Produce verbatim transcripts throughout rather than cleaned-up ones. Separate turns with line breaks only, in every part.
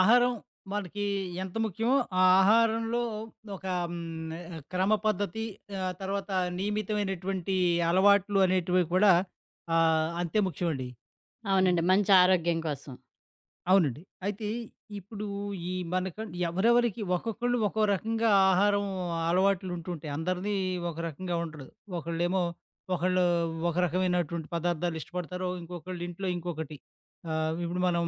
ఆహారం మనకి ఎంత ముఖ్యమో, ఆ ఆహారంలో ఒక హ్మ్, క్రమ పద్ధతి, ఆహ్, తర్వాత నియమితమైనటువంటి అలవాట్లు అనేటివి కూడా ఆహ్, అంతే ముఖ్యమండి.
అవునండి. మంచి ఆరోగ్యం కోసం.
అవునండి. అయితే ఇప్పుడు ఈ మనకం ఎవరెవరికి ఒక్కొక్కళ్ళు ఒక్కో రకంగా ఆహారం అలవాట్లు ఉంటుంటాయి. అందరిది ఒక రకంగా ఉండదు. ఒకళ్ళేమో ఒకళ్ళు ఒక రకమైనటువంటి పదార్థాలు ఇష్టపడతారు. ఇంకొకళ్ళు ఇంట్లో ఇంకొకటి. ఆహ్, ఇప్పుడు మనం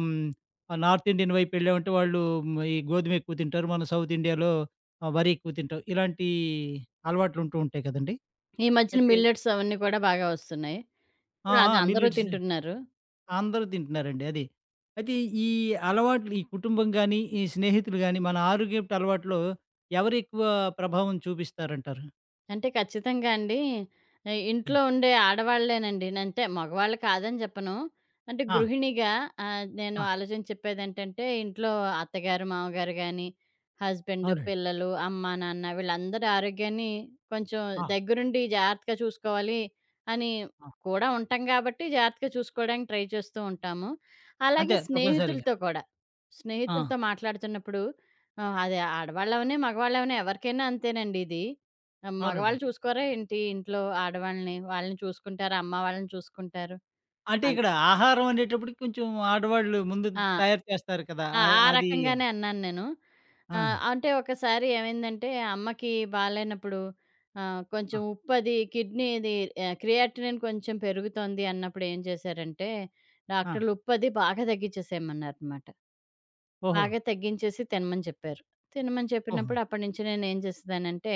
ఆహ్, నార్త్ ఇండియన్ వైపు వెళ్ళామంటే వాళ్ళు మ్, ఈ గోధుమ ఎక్కువ తింటారు. మన సౌత్ ఇండియాలో ఆహ్, వరి ఎక్కువ తింటాం. ఇలాంటి అలవాట్లు ఉంటూ ఉంటాయి కదండీ!
ఈ మధ్యన
అయితే
మిల్లెట్స్ అవన్నీ కూడా బాగా వస్తున్నాయి.
ఆ!
ఇప్పుడు
ఆ!
అది అందరూ
మిల్లెట్స్
తింటున్నారు.
అందరూ తింటున్నారండి అది. అయితే ఈ అలవాట్లు, ఈ కుటుంబం గానీ, ఈ స్నేహితులు గానీ, మన ఆరోగ్యపు అలవాట్లో ఎవరెక్కువ ప్రభావం చూపిస్తారంటారు?
అంటే ఖచ్చితంగా అండి. ఆహ్, ఇంట్లో
హ్మ్.
ఉండే ఆడవాళ్ళేనండి. అంటే మగవాళ్ళు కాదని చెప్పను. అంటే
ఆ!
గృహిణిగా ఆహ్, నేను
ఆ!
ఆలోచించి చెప్పేదేంటంటే ఇంట్లో అత్తగారు, మామగారు గాని, హస్బెండ్,
అవునండి.
పిల్లలు, అమ్మ, నాన్న వీళ్ళందరి ఆరోగ్యాన్ని కొంచెం
ఆ!
దగ్గరుండి జాగ్రత్తగా చూసుకోవాలి అని
ఆ!
కూడా ఉంటాం కాబట్టి జాగ్రత్తగా చూసుకోవడానికి ట్రై చేస్తూ ఉంటాము. అలాగే
అంతే తప్పనిసరిగా.
స్నేహితులతో కూడా.
ఆ!
స్నేహితులతో మాట్లాడుతున్నప్పుడు ఆహ్, అది ఆడవాళ్ళవని, మగవాళ్ళవని ఎవరికైనా అంతేనండి ఇది. ఆ,
అవునండి.
మగవాళ్ళు చూసుకోరా ఏంటి ఇంట్లో ఆడవాళ్ళని? వాళ్ళని చూసుకుంటారు. అమ్మ వాళ్ళని చూసుకుంటారు.
అంటే
అన్
ఇక్కడ ఆహారం అనేటప్పటికి కొంచెం ఆడవాళ్ళు ముందు
ఆ!
తయారు చేస్తారు కదా!
ఆ!
అ
ఆ
అది.
రకంగానే అన్నాను నేను.
ఆ!
ఆహ్, అంటే ఒకసారి ఏమైందంటే అమ్మకి బాలేనప్పుడు ఆహ్,
ఆ!
కొంచెం ఉప్పది కిడ్నీది ఆహ్, క్రియాటినిన్ కొంచెం పెరుగుతోంది అన్నప్పుడు ఏం చేశారంటే
ఆ!
డాక్టర్లు ఉప్పది బాగా తగ్గించేసేయమన్నారనమాట.
ఓహో!
బాగా తగ్గించేసి తినమని చెప్పారు. తినమని
ఓహో!
చెప్పినప్పుడు అప్పటినుంచి నేనేం చేసేదానంటే,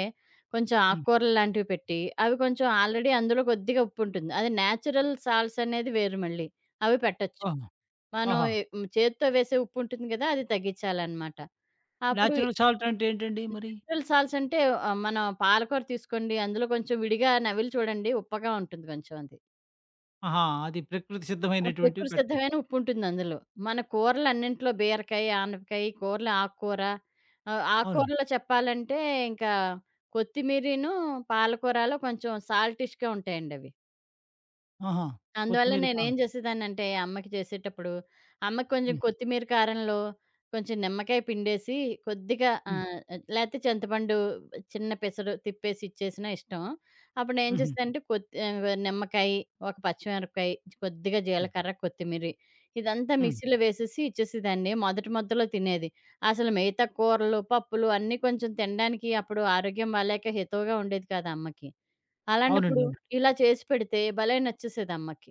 కొంచెం
హ్మ్.
ఆకుకూరలు లాంటివి పెట్టి, అవి కొంచెం ఆల్రెడీ అందులో కొద్దిగా ఉప్పుంటుంది. అది నేచురల్ సాల్ట్స్ అనేది వేరు మళ్ళీ. అవి పెట్టొచ్చు.
ఓహో!
మనం
ఓహో!
ఎ హ్మ్, చేత్తో వేసే ఉప్పుంటుంది గదా! అది తగ్గించాలనమాట. అప్పుడు
నేచురల్ సాల్ట్ అంటే ఏంటండి మరి?
నేచురల్ సాల్ట్స్ అంటే ఆహ్, మనం పాలకూర తీసుకోండి, అందులో కొంచెం విడిగా నవిలి చూడండి ఉప్పగా ఉంటుంది కొంచెం అది.
ఆహా! అది ప్రకృతి
ఆ!
సిద్ధమైనటువంటివి
ప్రకృతి
పెట్టాయి.
సిద్ధమైన ఉప్పుంటుందందులో. మన కూరలన్నింట్లో బీరకాయ, ఆనపకాయ, ఈ కూరలు ఆకుకూర ఆహ్,
అవునండి.
ఆకుకూరలో చెప్పాలంటే ఇంకా కొత్తిమీరీను, పాలకూరలో కొంచెం సాల్టిష్‌గా ఉంటాయండవి.
ఆహా!
అందువల్ల
కొత్తిమీర
నేనేం
పాలు.
చేసేదాన్నంటే, అమ్మకి చేసేటప్పుడు, అమ్మకి కొంచెం
హ్మ్.
కొత్తిమీర కారంలో కొంచెం నిమ్మకాయ పిండేసి, కొద్దిగా
హ్మ్.
ఆహ్, లేతే చింతపండు చిన్న పెసరు తిప్పేసి ఇచ్చేసినా ఇష్టం. అప్పుడు నేను ఏం
హుహు.
చేస్తానంటే, కొత్ ఆహ్, నిమ్మకాయి, ఒక పచ్చిమిరపకాయ, కొద్దిగా
హ్మ్.
జీలకర్ర, కొత్తిమీరి ఇదంతా
హ్మ్.
మిక్సీలో వేసేసి ఇచ్చేసేదాన్ని. మొదటి మొదలో తినేది. అసలు మిగతా కూరలు, పప్పులు అన్నీ కొంచెం తినడానికి అప్పుడు ఆరోగ్యం బాలేక హితవుగా ఉండేది కాదు అమ్మకి. అలాంటప్పుడు
అవునండి. అవును.
ఇలా చేసి పెడితే భలే నచ్చేసేదమ్మకి.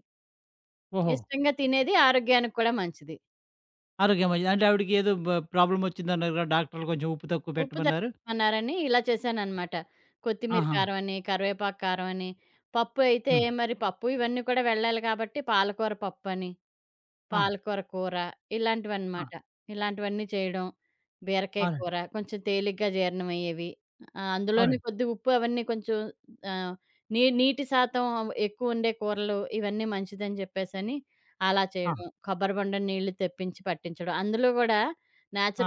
ఓహో!
ఇష్టంగా తినేది ఆరోగ్యానికి కూడా మంచిది.
ఆరోగ్యం మంచిది. అంటే ఆవిడకి ఏదో బ ప్రాబ్లమ్ వచ్చిందన్నారు కదా! డాక్టర్లు కొంచెం ఉప్పు తక్కువ
ఉప్పు
పెట్టమన్నారు.
తగ్గించమన్నారని ఇలా చేశాననమాట. కొత్తిమీర
ఆహా!
కారం అని, కరివేపాకు కారం అని, పప్పు అయితే
అవును.
మరి పప్పు ఇవన్నీ కూడా వెళ్ళాలి కాబట్టి పాలకూర పప్పని.
ఆ!
పాలకూర కూర
ఆ!
ఇలాంటివన్నమాట. ఇలాంటివన్నీ చేయడం. బీరకాయ
అవునండి.
కూర కొంచెం తేలిగ్గా జీర్ణమయ్యేవి. ఆహ్, అందులోనే
అవునండి.
కొద్ది ఉప్పు అవన్నీ కొంచెం ఆహ్, నీ నీటి శాతం ఎక్కువుండే కూరలు ఇవన్నీ మంచిదని చెప్పేసని అలా
ఆ!
చేయడం. కొబ్బరి బొండ నీళ్లు తెప్పించి పట్టించడం. అందులో గూడా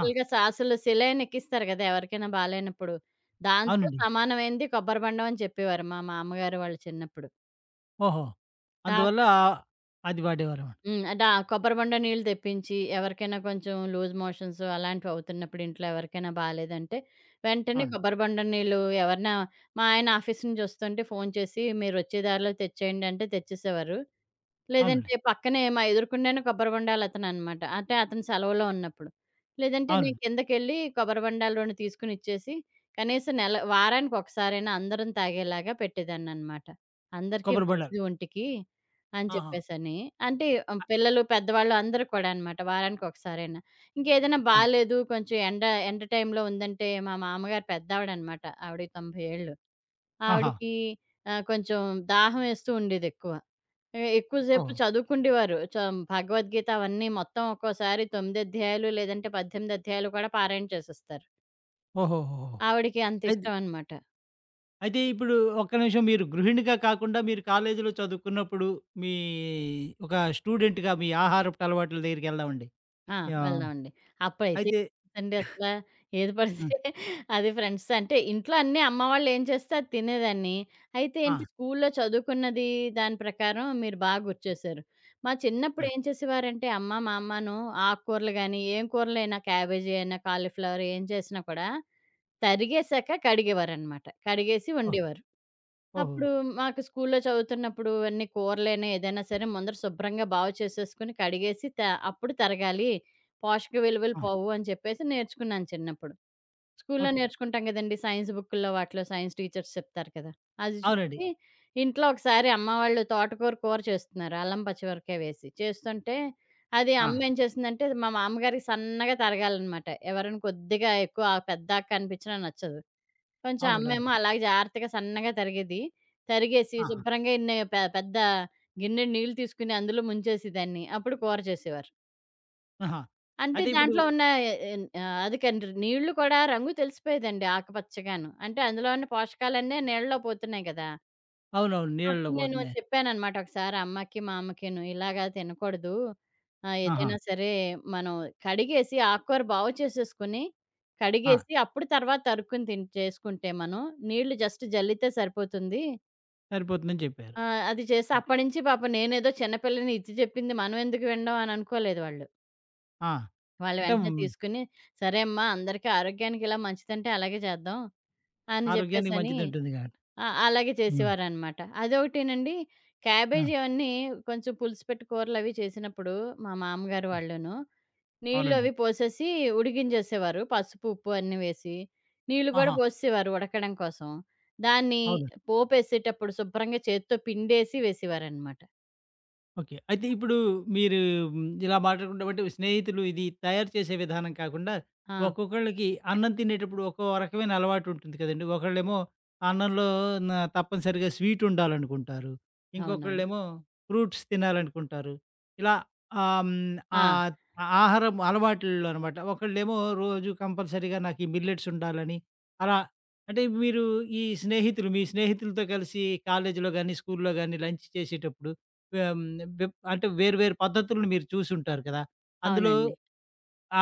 ఆ!
సాసులు సెలైన్ ఎక్కిస్తారు గదా! ఎవరికైనా బాలేనప్పుడు. దాంతో
అవునండి.
సమానమైంది కొబ్బరి బొండం అని చెప్పేవారు మా మామ్మగారు వాళ్ళు చిన్నప్పుడు.
ఓహో! అందువల్ల
డాక్టర్
ఆ- అది వాడేవారన్నమాట.
హ్మ్. డా కొబ్బరి బొండ నీళ్ళు తెప్పించి, ఎవరికైనా కొంచెం లూజ్ మోషన్స్ అలాంటివి అవుతున్నప్పుడు ఇంట్లో ఎవరికైనా బాలేదంటే, వెంటనే
అవును.
కొబ్బరి బొండ నీళ్ళు ఎవరైనా మా ఆయన ఆఫీస్ నుంచి వస్తుంటే ఫోను చేసి, "మీరొచ్చే దారిలో తెచ్చేయండి" అంటే తెచ్చేసేవారు.
అవునండి.
లేదంటే పక్కనే మా ఎదురుగుండానే కొబ్బరి బొండాలు అతననమాట. అంటే అతను సెలవులో ఉన్నప్పుడు. లేదంటే నేను
అవునండి.
కిందకెళ్ళి కొబ్బరి బొండాలు రెండు తీసుకొని ఇచ్చేసి, కనీసం నెల వారానికొకసారైనా అందరం తాగేలాగా పెట్టేదాన్ననమాట. అందరికీ
కొబ్బరి బొండాలు.
మంచిది ఒంటికి అని
ఆహా!
చెప్పేసని. అంటే ఆహ్,
అ
పిల్లలు, పెద్దవాళ్ళు అందరూ కూడా అనమాట వారానికొకసారైనా. ఇంకేదైనా
ఆ!
బాలేదు కొంచెం ఎండ, ఎండ టైంలో ఉందంటే మా మామగారు పెద్దావిడనమాట. ఆవిడకి తొంభై ఏళ్ళు.
ఆహా!
ఆవిడకి ఆహ్, కొంచెం దాహం వేస్తూ ఉండేదెక్కువ. ఎ ఎక్కువ సేపు
ఓహో!
చదువుకుండేవారు. చం భగవద్గీత అవన్నీ మొత్తం ఒక్కోసారి తొమ్మిది అధ్యాయాలు లేదంటే పద్దెనిమిది అధ్యాయాలు కూడా పారాయణ చేసేస్తారు.
ఓహోహోహో!
ఆవిడకి
అయితే
అంతిష్టమనమాట.
అయితే ఇప్పుడు ఒక్క నిమిషం మీరు గృహిణిగా కాకుండా మీరు కాలేజీలో చదువుకున్నప్పుడు, మీ ఒక స్టూడెంట్‌గా మీ ఆహారపు అలవాట్ల దగ్గరికెళ్దామండి.
ఆ!
యాహ్!
వెళ్దామండి. అప్పుడైతే
అయితే
అండి అసలా ఏది
ఆ!
పడితే అది ఫ్రెండ్స్ అంటే ఇంట్లో అన్నీ అమ్మ వాళ్ళేం చేస్తే అది తినేదాన్ని. అయితే
ఆ!
ఏంటి స్కూల్లో చదువుకున్నది దాని ప్రకారం మీరు బాగా గుర్తు చేశారు. మా
ఆ!
చిన్నప్పుడు ఏం చేసేవారంటే అమ్మ, మా అమ్మను ఆకుకూరలు గాని, ఏం కూరలైనా క్యాబేజీ అయినా, కాలీఫ్లవర్ ఏం చేసినా కూడా తరిగేసాక కడిగేవారనమాట. కడిగేసి
ఓహ్!
వండేవారు.
ఓహో!
అప్పుడు మాకు స్కూల్‌లో చదువుతున్నప్పుడు అన్ని కూరలైనా ఏదైనా సరే ముందర శుభ్రంగా బాగు చేసేసుకొని కడిగేసి త అప్పుడు తరగాలి. పోషక విలువలు
ఆ!
పోవు అని చెప్పేసి నేర్చుకున్నాను చిన్నప్పుడు. స్కూల్‌లో
ఓకే.
నేర్చుకుంటాం కదండీ! సైన్స్ బుక్కుల్లో వాటిలో సైన్స్ టీచర్స్ చెప్తారు కదా! అది
అవునండి.
చూసి ఇంట్లో ఒకసారి అమ్మ వాళ్ళు తోటకూర కూర చేస్తున్నారు. అల్లం పచ్చిమిరపకాయ వేసి. చేస్తుంటే అది
ఆ!
అమ్మ ఏం చేసిందంటే మా మామగారికి సన్నగా తరగాలనమాట. ఎవరైనా కొద్దిగా ఎక్కువ పెద్దాక కనిపించినా నచ్చదు. కొంచెం
అవునండి. అవునండి.
అమ్మేమో అలాగే జాగ్రత్తగా సన్నగా తరిగేది. తరిగేసి
ఆహా!
శుభ్రంగా ఇన్ని పె పెద్ద గిన్నెడు నీళ్ళు తీసుకొని అందులో ముంచేసి దాన్ని. అప్పుడు కూర చేసేవారు.
ఆహా!
అంటే
అయితే ఇప్పుడు
దాంట్లో ఉన్న ఎన్ ఆహ్, అది కండ్రి నీళ్ళు కూడా రంగు తెలిసిపోయేదండి ఆకుపచ్చగాను. అంటే అందులో ఉన్న పోషకాలన్నీ నీళ్ళలో పోతున్నాయి గదా!
అవునవును, నీళ్ళలో
అప్పుడు నేను
పోతున్నాయి.
చెప్పాననమాట ఒకసారి అమ్మకి, మా అమ్మకిను. ఇలాగ తినకూడదు. ఆహ్,
ఆహా!
ఏదైనా సరే మనం కడిగేసి ఆకుకూర బాగు చేసేసుకొని,
ఆ!
కడిగేసి అప్పుడు తర్వాత తరుక్కుని తిన్ చేసుకుంటే మనం, నీళ్లు జస్ట్ జల్లితే సరిపోతుంది.
సరిపోతుందని చెప్పారు.
ఆహ్, అది చేసి అప్పటినుంచి పాపం నేనేదో చిన్న పిల్లని ఇది చెప్పింది మనం ఎందుకు వినడం అని అనుకోలేదు వాళ్ళు.
ఆ!
వాళ్ళు
అంటే
వెంటనే
హ్మ్.
తీసుకొని, సరే అమ్మా అందరికీ ఆరోగ్యానికి ఇలా మంచిదంటే అలాగే చేద్దాం అని
ఆరోగ్యానికి
చెప్పేసని
మంచిదుంటుంది కాబట్టి.
ఆ! అలాగే
హ్మ్.
చేసేవారనమాట. అదొకటేనండి,
ఆ!
క్యాబేజీ అవన్నీ కొంచెం పులుసు పెట్టి కూరలవి చేసినప్పుడు మా మామగారు
హ్మ్.
వాళ్ళును,
అవునండి.
నీళ్ళవి పోసేసి ఉడికించేసేవారు. పసుపు, ఉప్పు అన్నీ వేసి. నీళ్ళు కూడా
ఆహా!
పోసేసేవారు ఉడకడం కోసం. దాన్ని
అవును.
పోపేసేటప్పుడు శుభ్రంగా చేత్తో పిండేసి వేసేవారనమాట.
ఓకే. అయితే ఇప్పుడు మీరు హ్మ్, ఇలా మాట్లాడుకుంటే బట్టి, స్నేహితులు ఇది తయారు చేసే విధానం కాకుండా,
ఆ!
ఒక్కొక్కళ్ళకి అన్నం తినేటప్పుడు ఒక్కో రకమైన అలవాటు ఉంటుంది కదండీ. ఒకళ్ళేమో అన్నంలో న తప్పనిసరిగా స్వీట్ ఉండాలనుకుంటారు.
అవునవును.
ఇంకొకళ్ళేమో ఫ్రూట్స్ తినాలనుకుంటారు. ఇలా ఆహ్, హ్మ్,
ఆ!
ఆహ్, ఆహారం అలవాట్లలో అనమాట. ఒకళ్ళేమో రోజు కంపల్సరీగా నాకు ఈ మిల్లెట్స్ ఉండాలని, అలా. అంటే మీరు ఈ స్నేహితులు, మీ స్నేహితులతో కలిసి కాలేజీలో గాని, స్కూల్‌లో గాని లంచ్ చేసేటప్పుడు ఆహ్, వెబ్ అంటే వేరు వేరు పద్ధతులను మీరు చూసుంటారు కదా! అందులో
అవునండి.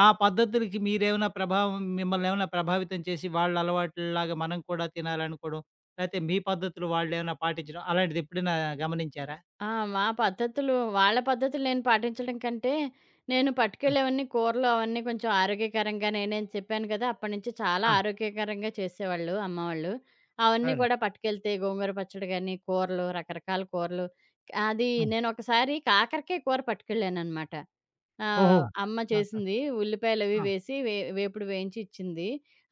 ఆ పద్ధతులకి మీరేమైనా ప్రభావం, మిమ్మల్నేమైనా ప్రభావితం చేసి వాళ్ళ అలవాట్లలాగా మనం కూడా తినాలనుకోవడం, లేతే మీ పద్ధతులు వాళ్ళేమైనా పాటించడం అలాంటిదెప్పుడైనా గమనించారా?
ఆ! మా పద్ధతులు వాళ్ళ పద్ధతులు నేను పాటించడం కంటే, నేను పట్టుకెళ్ళేవన్నీ కూరలు అవన్నీ కొంచెం ఆరోగ్యకరంగా నేనేం చెప్పాను కదా! అప్పటినుంచి చాలా
ఆ!
ఆరోగ్యకరంగా చేసేవాళ్ళు అమ్మవాళ్ళు. అవన్నీ
అవునండి.
కూడా పట్టుకెళ్తే గోంగూర పచ్చడి గాని, కూరలు రకరకాల కూరలు. అది
హ్మ్.
నేనొకసారి కాకరకాయ కూర పట్టుకెళ్ళాననమాట. ఆ!
ఓహో!
అమ్మ
నాకు
చేసింది. ఉల్లిపాయలవి
ఆ!
వేసి వే వేపుడు వేయించి ఇచ్చింది.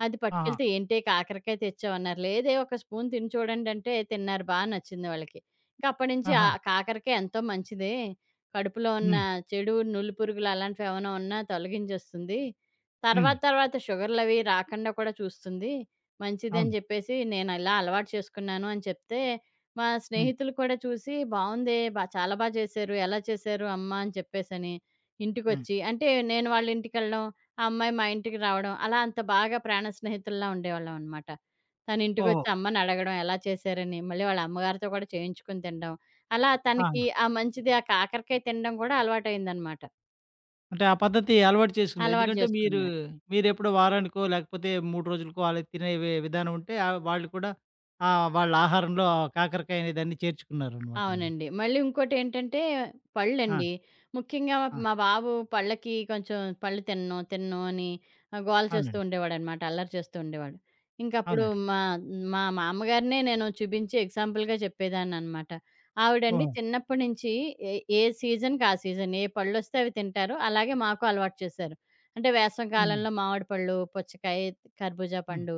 అది
ఆహా!
పట్టుకెళ్తే, "ఏంటే కాకరకాయ తెచ్చావన్నారు." "లేదే ఒక స్పూన్ తిని చూడండంటే" తిన్నారు. బా నచ్చింది వాళ్ళకి. ఇంక అప్పటి నుంచి ఆ
ఆహా!
కాకరకాయ ఎంతో మంచిదే. కడుపులో ఉన్న
హ్మ్.
చెడు, నులి పురుగులు అలాంటివి ఏమైనా ఉన్నా తొలగించేస్తుంది.
హ్మ్.
తర్వాత తర్వాత షుగర్‌లవి రాకుండా కూడా చూస్తుంది. మంచిదని
అవును.
చెప్పేసి నేనలా అలవాటు చేసుకున్నాను అని చెప్తే, మా
హ్మ్.
స్నేహితులు కూడా చూసి, "బావుందే బా చాలా బా చేశారు. ఎలా చేశారు అమ్మ?" అని చెప్పేసని
హ్మ్.
ఇంటికొచ్చి అంటే నేను వాళ్ళ ఇంటికెళ్ళడం, ఆ అమ్మాయి మా ఇంటికి రావడం, అలా అంత బాగా ప్రాణ స్నేహితుల్లా ఉండేవాళ్ళం అనమాట. తను
ఓహో!
ఇంటికొచ్చి అమ్మని అడగడం ఎలా చేశారని, మళ్ళీ వాళ్ళ అమ్మగారితో కూడా చేయించుకొని తినడం. అలా
ఆ!
తనకి ఆ మంచిది ఆ కాకరకాయ తినడం కూడా అలవాటయిందనమాట.
అంటే ఆ పద్ధతి అలవాటు చేసుకున్నారు.
అలవాటు
ఎందుకంటే మీరు,
చేసుకున్నారు.
మీరెప్పుడో వారానికో, లేకపోతే మూడు రోజులకో అలా తినే వి విధానం ఉంటే ఆహ్, వాళ్ళు కూడా ఆహ్, వాళ్ళ ఆహారంలో ఆ కాకరకాయ అనే దాన్ని చేర్చుకున్నారనమాట అండి.
అవునండి. మళ్ళీ ఇంకోటేంటంటే
ఆ!
పళ్ళండి. ముఖ్యంగా
ఆ!
మా బాబు పళ్ళకి కొంచెం పళ్ళు తినను, తినను అని ఆహ్, గోల చేస్తూ
అవునండి.
ఉండేవాడనమాట. అల్లరి చేస్తూ ఉండేవాడు. ఇంకప్పుడు
అవునండి.
మా మా మామ్మగారినే నేను చూపించి ఎగ్జాంపుల్‌గా చెప్పేదాన్ననమాట. ఆవిడండి
ఓహో!
చిన్నప్పటి నుంచి ఏ ఏ సీజన్‌కి ఆ సీజన్. ఏ పళ్ళొస్తే అవి తింటారు. అలాగే మాకు అలవాటు చేశారు. అంటే వేసవి
హ్మ్.
కాలంలో మామిడి పళ్ళు, పుచ్చకాయ, కర్బూజా
హ్మ్.
పండు.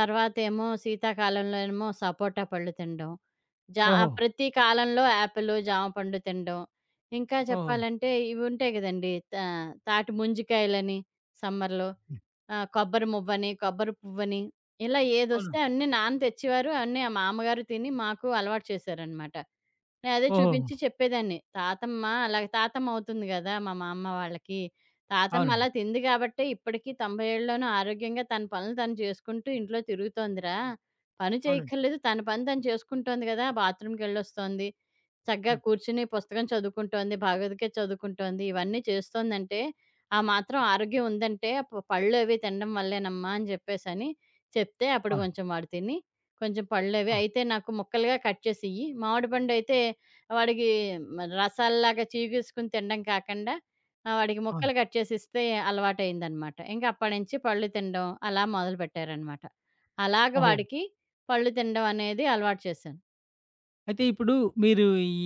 తర్వాతేమో శీతాకాలంలో ఏమో సపోటా పళ్ళు తినడం. జా
ఓహో!
ఆహ్, ప్రతి కాలంలో యాపిలు, జామ పండు తినడం. ఇంకా
ఓహో!
చెప్పాలంటే ఇవి ఉంటాయి గదండీ! తా తాటి ముంజికాయలని సమ్మర్‌లో,
హ్మ్.
ఆహ్, కొబ్బరి మువ్వని, కొబ్బరి పువ్వని ఇలా
అవును.
ఏదొస్తే అన్నీ నాన్న తెచ్చేవారు. అన్నీ మా అమ్మగారు తిని మాకు అలవాటు చేశారనమాట. నేను అదే
ఓహోహో!
చూపించి చెప్పేదాన్ని. తాతమ్మ అలాగే తాతమ్మ అవుతుంది గదా! మా మామ్మ వాళ్ళకి. తాతమ్మ అలా
అవునండి.
తింది గాబట్టే ఇప్పటికి తొంభై ఏళ్ళలోనూ ఆరోగ్యంగా తన పనులు తను చేసుకుంటూ ఇంట్లో తిరుగుతోందిరా! పని
అవునండి.
చేయక్కర్లేదు. తన పని తను చేసుకుంటోంది గదా! బాత్రూమ్‌కెళ్ళొస్తోంది. చక్కగా
హ్మ్.
కూర్చుని పుస్తకం చదువుకుంటోంది. భగవద్గీత చదువుకుంటోంది. ఇవన్నీ చేస్తోందంటే, ఆ మాత్రం ఆరోగ్యం ఉందంటే ఆ ప పళ్ళవి తినడం వల్లేనమ్మా అని జెప్పేసని చెప్తే అప్పుడు
అవును.
కొంచెం వాడు తిని, కొంచెం పళ్ళవి
ఆ!
అయితే నాకు ముక్కలుగా కట్ చేసియ్యి. మామిడి పండయితే వాడికి మ రసాల్లాగా చీగేసుకొని తినడం కాకండా ఆహ్, వాడికి
ఆ!
ముక్కలు కట్ చేసిస్తే అలవాటయిందనమాట. ఇంక అప్పటినుంచి పళ్ళు తినడం అలా మొదలుపెట్టారనమాట. అలాగ
ఓహో!
వాడికి పళ్ళు తినడం అనేది అలవాటు చేశాను.
అయితే ఇప్పుడు మీరు ఈ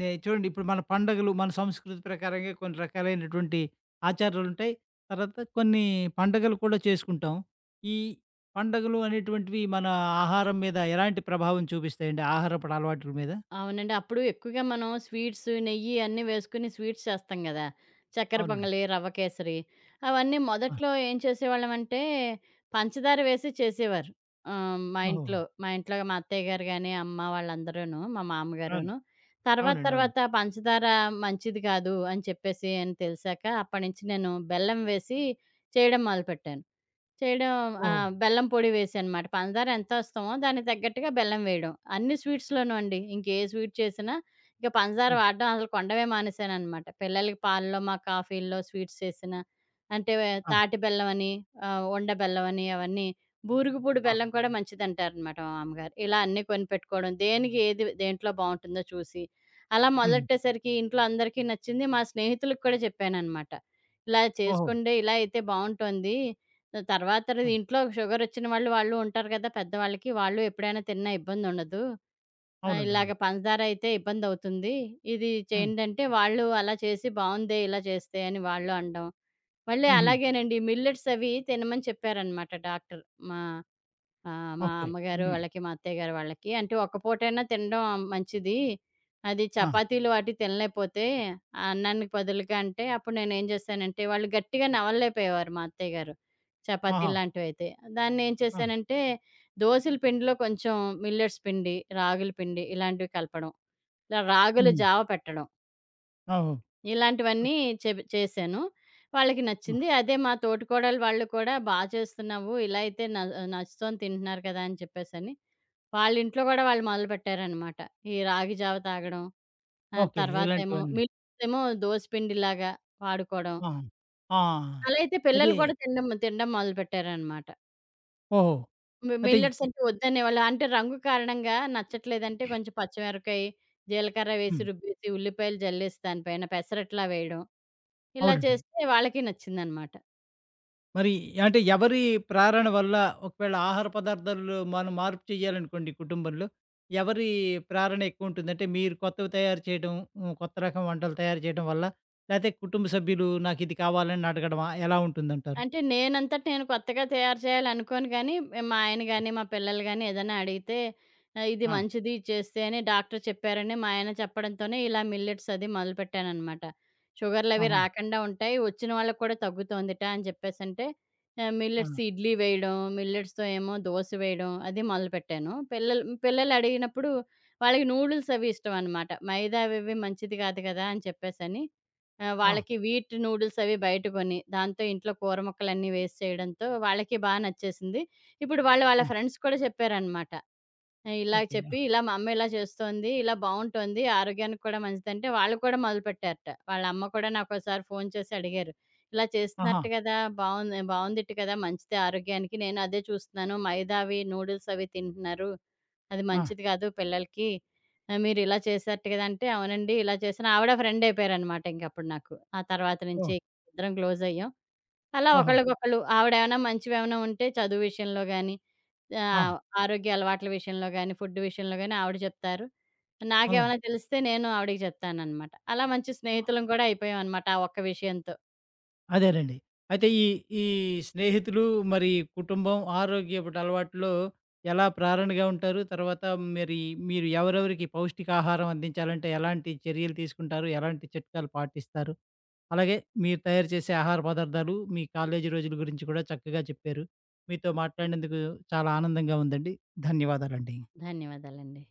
నే చూడండి, ఇప్పుడు మన పండగలు, మన సంస్కృతి ప్రకారంగా కొన్ని రకాలైనటువంటి ఆచారాలుంటాయి. తర్వాత కొన్ని పండగలు కూడా చేసుకుంటాం. ఈ పండగలు అనేటువంటివి మన ఆహారం మీద ఎలాంటి ప్రభావం చూపిస్తాయండి? ఆహారపు అలవాట్ల మీద?
అవునండి. అప్పుడు ఎక్కువగా మనం స్వీట్స్, నెయ్యి అన్నీ వేసుకొని స్వీట్స్ చేస్తాం గదా! చక్కెర
అవునండి.
పొంగలి, రవ్వ కేసరి అవన్నీ
ఆ!
మొదట్లో ఏం చేసేవాళ్ళమంటే పంచదార వేసి చేసేవారు. ఆహ్, మా
ఓహో!
ఇంట్లో మా ఇంట్లో మా అత్తయ్య గారు గాని, అమ్మ వాళ్ళందరూను, మా
అవును.
మామగారును. తర్వాత
అవునండి. అవును.
తర్వాత పంచదార మంచిది కాదు అని చెప్పేసి అని తెలిసాక అప్పటినుంచి నేను బెల్లం వేసి చేయడం మొదలుపెట్టాను. చేయడం
ఓహో!
ఆహ్, బెల్లం పొడి వేసానమాట. పంచదార ఎంత ఏస్తామో దానికి తగ్గట్టుగా బెల్లం వేయడం. అన్ని స్వీట్స్‌లోనూ అండి. ఇంకే స్వీట్ చేసినా ఇక పంచదార
హ్మ్.
వాడడం అసలు కొనడమే మానేసాననమాట. పిల్లలకి పాలలో, మా కాఫీల్లో స్వీట్స్ చేసినా, అంటే వే-
ఆ!
తాటి బెల్లమని, ఆహ్, ఉండ బెల్లమని అవన్నీ బూరుగుపూడి
ఆ!
బెల్లం కూడా మంచిదంటారనమాట మా మామ్మగారు. ఇలా అన్నీ కొనిపెట్టుకోవడం, దేనికి ఏది దేంట్లో బావుంటుందో చూసి, అలా
హుహు.
మొదలెట్టేసరికి ఇంట్లో అందరికీ నచ్చింది. మా స్నేహితులకు కూడా చెప్పాననమాట. ఇలా
ఓహో!
చేసుకుంటే ఇలా అయితే బావుంటోంది. తర్వాత
హ్మ్.
ఇంట్లో షుగరొచ్చిన వాళ్ళు, వాళ్ళు ఉంటారు కదా పెద్దవాళ్ళకి. వాళ్ళు ఎప్పుడైనా తిన్నా ఇబ్బందుండదు. ఆహ్,
అవునండి.
ఇలాగ
అవును.
పంచదార అయితే ఇబ్బందవుతుంది. ఇది
హ్మ్.
చేయండి అంటే, వాళ్ళు అలా చేసి బావుందే ఇలా చేస్తే అని వాళ్ళు అనడం. మళ్ళీ
హుహు.
అలాగేనండి మిల్లెట్స్ అవి తినమని చెప్పారనమాట డాక్టర్. మా ఆహ్, మా
ఓకే.
అమ్మగారు
మీ
వాళ్ళకి, మా అత్తయ్య గారు వాళ్ళకి. అంటే ఒక్క పూటైనా తినడం మంచిది. అది
ఆ!
చపాతీలు వాటి తినలేకపోతే ఆ అన్నానికి బదులుగా అంటే, అప్పుడు నేనేం చేశానంటే, వాళ్ళు గట్టిగా నవలలేకపోయేవారు మా అత్తయ్య గారు.
ఆహా!
చపాతీల్లాంటివైతే. దాన్నేం
ఆ!
చేశానంటే, దోసల పిండిలో కొంచెం మిల్లెట్స్ పిండి, రాగుల పిండి ఇలాంటివి కలపడం. ఇలా రాగులు
హ్మ్.
జావ పెట్టడం.
ఓహో!
ఇలాంటివన్నీ
ఓకే.
చెబ్ చేశాను. వాళ్ళకి
ఆ!
నచ్చింది. అదే మా తోటికోడలు వాళ్ళు కూడా, "బా చేస్తున్నావు. ఇలా అయితే న నచ్చుతోని తింటున్నారు కదా!" అని చెప్పేసని. వాళ్ళింట్లో గూడా వాళ్ళు మొదలుపెట్టారనమాట. ఈ రాగి జావ తాగడం. ఆహ్,
ఓకే.
తర్వాతేమో
ఇలాంటివన్నీ.
మిల్లెట్స్ ఏమో దోస పిండిలాగా వాడుకోవడం.
ఆ! ఆ!
అలా అయితే
అయితే
పిల్లలు కూడా తినడం తినడం మొదలుపెట్టారనమాట.
ఓహో!
మి
అయితే
మిల్లెట్స్
ఈ
అంటే వద్దనేవాళ్ళా? అంటే రంగు కారణంగా నచ్చట్లేదంటే కొంచెం పచ్చిమిరపకాయ, జీలకర్ర వేసి
హ్మ్.
రుబ్బేసి, ఉల్లిపాయలు జల్లేసి దానిపైన పెసరట్లా వేయడం. ఇలా
అవునండి.
చేస్తే వాళ్ళకి నచ్చిందనమాట.
మరి, అంటే ఎవరి ప్రేరణ వల్ల ఒకవేళ ఆహార పదార్థాల్లో మనం మార్పు చేయాలనుకోండి కుటుంబంలో, ఎవరి ప్రేరణ ఎక్కువుంటుంది? అంటే మీరు కొత్తవి తయారు చేయడం, హ్మ్, కొత్త రకం వంటలు తయారు చేయడం వల్ల, లేతే కుటుంబ సభ్యులు నాకిది కావాలని అడగడమా? ఎలా ఉంటుందంటారు?
అంటే నేనంతట నేను కొత్తగా తయారు చేయాలనుకోను గానీ, మా ఆయన గానీ, మా పిల్లలు గానీ ఏదైనా అడిగితే ఆహ్, ఇది
ఆ!
మంచిది ఇది చేస్తే అని డాక్టర్ చెప్పారని మా ఆయన చెప్పడంతోనే ఇలా మిల్లెట్స్ అది మొదలుపెట్టాననమాట. షుగర్‌లవి
ఆహా!
రాకుండా ఉంటాయి. వచ్చిన వాళ్ళకి కూడా తగ్గుతోందిట అని చెప్పేసంటే ఆహ్,
ఆ!
మిల్లెట్స్ ఇడ్లీ వేయడం, మిల్లెట్స్‌తో ఏమో దోస వేయడం అది మొదలుపెట్టాను. పిల్లలు పిల్లలు అడిగినప్పుడు వాళ్ళకి నూడిల్స్ అవి ఇష్టం అనమాట. మైదా అవి ఇవి మంచిది కాదు కదా! అని చెప్పేసని ఆ!
ఆ!
వాళ్ళకి వీట్ నూడిల్స్ అవి బయట కొని, దాంతో ఇంట్లో కూర ముక్కలన్నీ వేసి చేయడంతో వాళ్ళకి బా నచ్చేసింది. ఇప్పుడు వాళ్ళు వాళ్ళ
ఆ!
ఫ్రెండ్స్ కూడా చెప్పారనమాట. ఆ, ఇలా
ఓకే.
చెప్పి, ఇలా మా అమ్మ ఇలా చేస్తోంది. ఇలా బావుంటోంది. ఆరోగ్యానికి కూడా మంచిదంటే వాళ్ళు కూడా మొదలుపెట్టారట. వాళ్ళ అమ్మ కూడా నాకోసారి ఫోను చేసి అడిగారు. ఇలా
ఆహా!
చేస్తున్నట్టు కదా! బావుంది బావుందిట కదా! మంచిదే ఆరోగ్యానికి. నేను అదే చూస్తున్నాను. మైదా అవి నూడిల్స్ అవి తింటున్నారు. అది
ఆ!
మంచిది కాదు పిల్లలకి. ఆహ్, మీరు ఇలా చేశారట కదా! అంటే అవునండి ఇలా చేశాను. ఆవిడ ఫ్రెండ్ అయిపోయారనమాట ఇంకప్పుడు నాకు. ఆ తర్వాత నుంచి
ఓహ్!
ఇద్దరం క్లోజ్ అయ్యాం. అలా
ఓహో!
ఒకళ్ళకొకళ్ళు ఆవిడేమైనా మంచివేమైనా ఉంటే చదువు విషయంలో గాని ఆ!
ఆ!
ఆరోగ్య అలవాట్ల విషయంలో గాని, ఫుడ్ విషయంలో గాని ఆవిడ చెప్తారు.
అలా,
నాకేమైనా తెలిస్తే నేను ఆవిడకి చెప్తాననమాట. అలా మంచి స్నేహితులం కూడా అయిపోయామనమాట ఆ ఒక్క విషయంతో.
అదేనండి. అయితే ఈ, ఈ స్నేహితులు, మరి కుటుంబం ఆరోగ్యపూట అలవాట్లో ఎలా ప్రేరణగా ఉంటారు? తర్వాత మరి మీరు ఎవరెవరికి పౌష్టికాహారం అందించాలంటే ఎలాంటి చర్యలు తీసుకుంటారు? ఎలాంటి చిట్కాలు పాటిస్తారు? అలాగే మీరు తయారు చేసే ఆహార పదార్థాలు, మీ కాలేజీ రోజుల గురించి కూడా చక్కగా చెప్పారు. మీతో మాట్లాడినందుకు చాలా ఆనందంగా ఉందండి. ధన్యవాదాలండి.
ధన్యవాదాలండి.